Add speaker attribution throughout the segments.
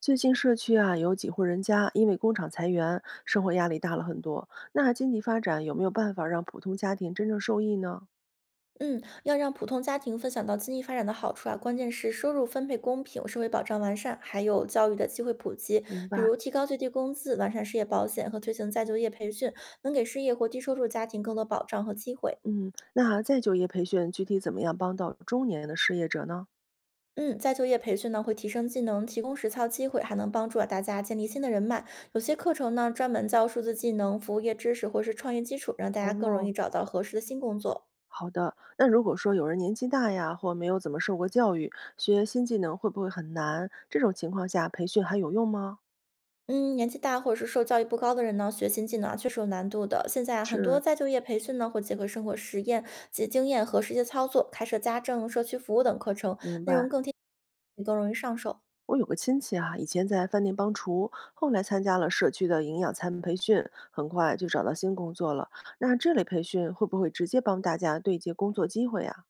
Speaker 1: 最近社区啊，有几户人家因为工厂裁员，生活压力大了很多。那经济发展有没有办法让普通家庭真正受益呢？
Speaker 2: 嗯，要让普通家庭分享到经济发展的好处啊，关键是收入分配公平、社会保障完善，还有教育的机会普及，
Speaker 1: 明
Speaker 2: 比
Speaker 1: 白。
Speaker 2: 如提高最低工资、完善失业保险和推行再就业培训，能给失业或低收入家庭更多保障和机会。
Speaker 1: 嗯，那再就业培训具体怎么样帮到中年的失业者呢？
Speaker 2: 嗯，再就业培训呢会提升技能，提供实操机会，还能帮助啊大家建立新的人脉。有些课程呢专门教数字技能、服务业知识或是创业基础，让大家更容
Speaker 1: 哦，
Speaker 2: 易找到合适的新工作。
Speaker 1: 好的。那如果说有人年纪大呀，或没有怎么受过教育，学新技能会不会很难？这种情况下，培训还有用吗？
Speaker 2: 嗯，年纪大或者是受教育不高的人呢，学新技能啊，确实有难度的。现在啊很多
Speaker 1: 是，
Speaker 2: 再就业培训呢，会结合生活实验及经验和实际操作，开设家政、社区服务等课程，
Speaker 1: 明
Speaker 2: 内
Speaker 1: 白。
Speaker 2: 容更贴，也更容易上手。
Speaker 1: 我有个亲戚啊，以前在饭店帮厨，后来参加了社区的营养餐培训，很快就找到新工作了。那这类培训会不会直接帮大家对接工作机会呀？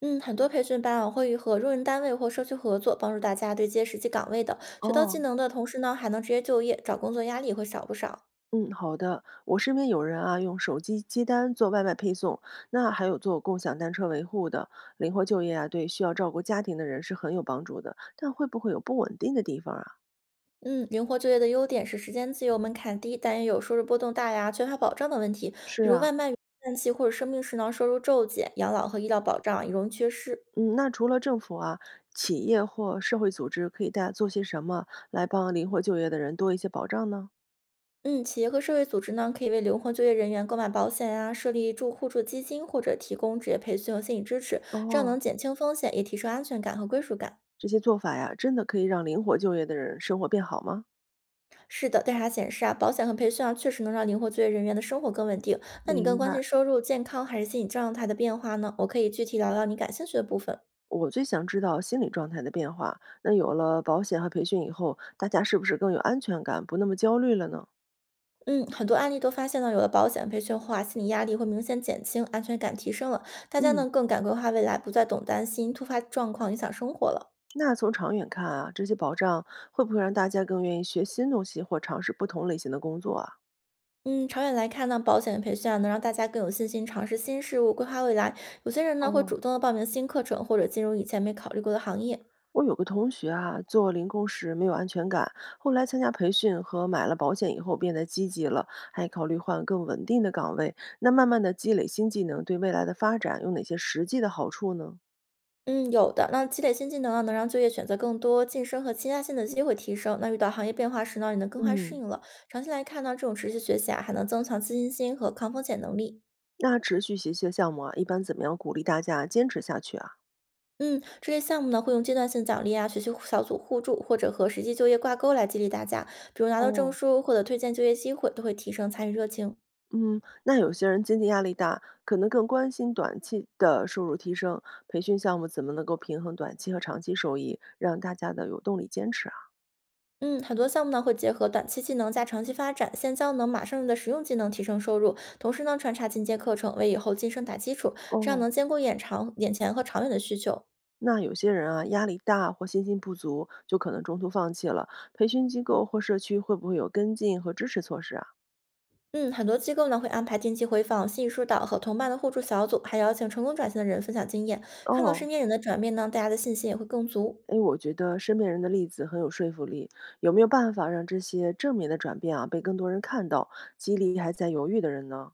Speaker 2: 嗯，很多培训班啊，会和用人单位或社区合作，帮助大家对接实际岗位的，学到
Speaker 1: 哦，
Speaker 2: 技能的同时呢，还能直接就业，找工作压力会少不少。
Speaker 1: 嗯，好的。我身边有人啊，用手机接单做外卖配送，那还有做共享单车维护的，灵活就业啊，对需要照顾家庭的人是很有帮助的。但会不会有不稳定的地方啊？
Speaker 2: 嗯，灵活就业的优点是时间自由、门槛低，但也有收入波动大呀、缺乏保障的问题，
Speaker 1: 是
Speaker 2: 比如
Speaker 1: 啊，
Speaker 2: 外卖、淡季或者生病时呢，收入骤减，养老和医疗保障也容易缺失。
Speaker 1: 嗯，那除了政府啊，企业或社会组织可以大做些什么来帮灵活就业的人多一些保障呢？
Speaker 2: 嗯，企业和社会组织呢，可以为灵活就业人员购买保险呀，设立住互助基金或者提供职业培训和心理支持，这样
Speaker 1: 哦，
Speaker 2: 能减轻风险，也提升安全感和归属感。
Speaker 1: 这些做法呀，真的可以让灵活就业的人生活变好吗？
Speaker 2: 是的，调查显示啊，保险和培训啊，确实能让灵活就业人员的生活更稳定。那你
Speaker 1: 明
Speaker 2: 更关
Speaker 1: 白。
Speaker 2: 心收入、健康还是心理状态的变化呢？我可以具体聊聊你感兴趣的部分。
Speaker 1: 我最想知道心理状态的变化。那有了保险和培训以后，大家是不是更有安全感，不那么焦虑了呢？
Speaker 2: 嗯，很多案例都发现呢，有了保险培训后啊，心理压力会明显减轻，安全感提升了，大家
Speaker 1: 嗯，
Speaker 2: 呢更敢规划未来，不再总担心突发状况影响生活了。
Speaker 1: 那从长远看啊，这些保障会不会让大家更愿意学新东西或尝试不同类型的工作啊？
Speaker 2: 嗯，长远来看呢，保险培训啊，能让大家更有信心尝试新事物，规划未来。有些人呢会
Speaker 1: 哦，
Speaker 2: 主动的报名新课程，或者进入以前没考虑过的行业。
Speaker 1: 我有个同学啊，做零工时没有安全感，后来参加培训和买了保险以后变得积极了，还考虑换更稳定的岗位。那慢慢的积累新技能，对未来的发展有哪些实际的好处呢？
Speaker 2: 嗯，有的。那积累新技能啊，能让就业选择更多，晋升和倾向性的机会提升。那遇到行业变化时呢，也能更快适
Speaker 1: 嗯，
Speaker 2: 应了。长期来看呢，这种持续学习啊，还能增强自信心和抗风险能力。
Speaker 1: 那持续学习的项目啊，一般怎么样鼓励大家坚持下去啊？
Speaker 2: 嗯，这些项目呢会用阶段性奖励啊、学习小组互助或者和实际就业挂钩来激励大家，比如拿到证
Speaker 1: 哦，
Speaker 2: 书或者推荐就业机会，都会提升参与热情。
Speaker 1: 嗯，那有些人经济压力大，可能更关心短期的收入提升。培训项目怎么能够平衡短期和长期收益，让大家的有动力坚持啊？
Speaker 2: 嗯，很多项目呢会结合短期技能加长期发展，先教能马上用的实用技能提升收入，同时呢穿插进阶课程，为以后晋升打基础，这样
Speaker 1: 哦，
Speaker 2: 能兼顾眼长、眼前和长远的需求。
Speaker 1: 那有些人啊，压力大或信心不足，就可能中途放弃了。培训机构或社区会不会有跟进和支持措施啊？
Speaker 2: 嗯，很多机构呢会安排定期回访、心理疏导和同伴的互助小组，还邀请成功转型的人分享经验，看到身
Speaker 1: 哦，
Speaker 2: 边人的转变呢，大家的信心也会更足。
Speaker 1: 哎，我觉得身边人的例子很有说服力。有没有办法让这些正面的转变啊，被更多人看到，激励还在犹豫的人呢？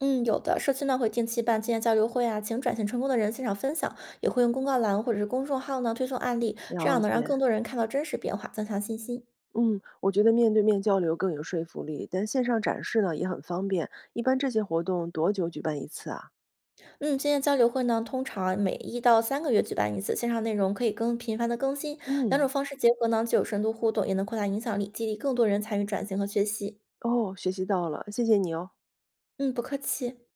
Speaker 2: 嗯，有的社区呢会定期办经验交流会啊，请转型成功的人现场分享，也会用公告栏或者是公众号呢推送案例，这
Speaker 1: 了
Speaker 2: 样能让
Speaker 1: 解，
Speaker 2: 更多人看到真实变化，增强信心。
Speaker 1: 嗯，我觉得面对面交流更有说服力，但线上展示呢也很方便。一般这些活动多久举办一次啊？
Speaker 2: 嗯，经验交流会呢通常每1到3个月举办一次，线上内容可以更频繁的更新，两种
Speaker 1: 嗯。
Speaker 2: 方式结合呢，既有深度互动，也能扩大影响力，激励更多人参与转型和学习。
Speaker 1: 哦，学习到了，谢谢你哦。
Speaker 2: 嗯，不客气。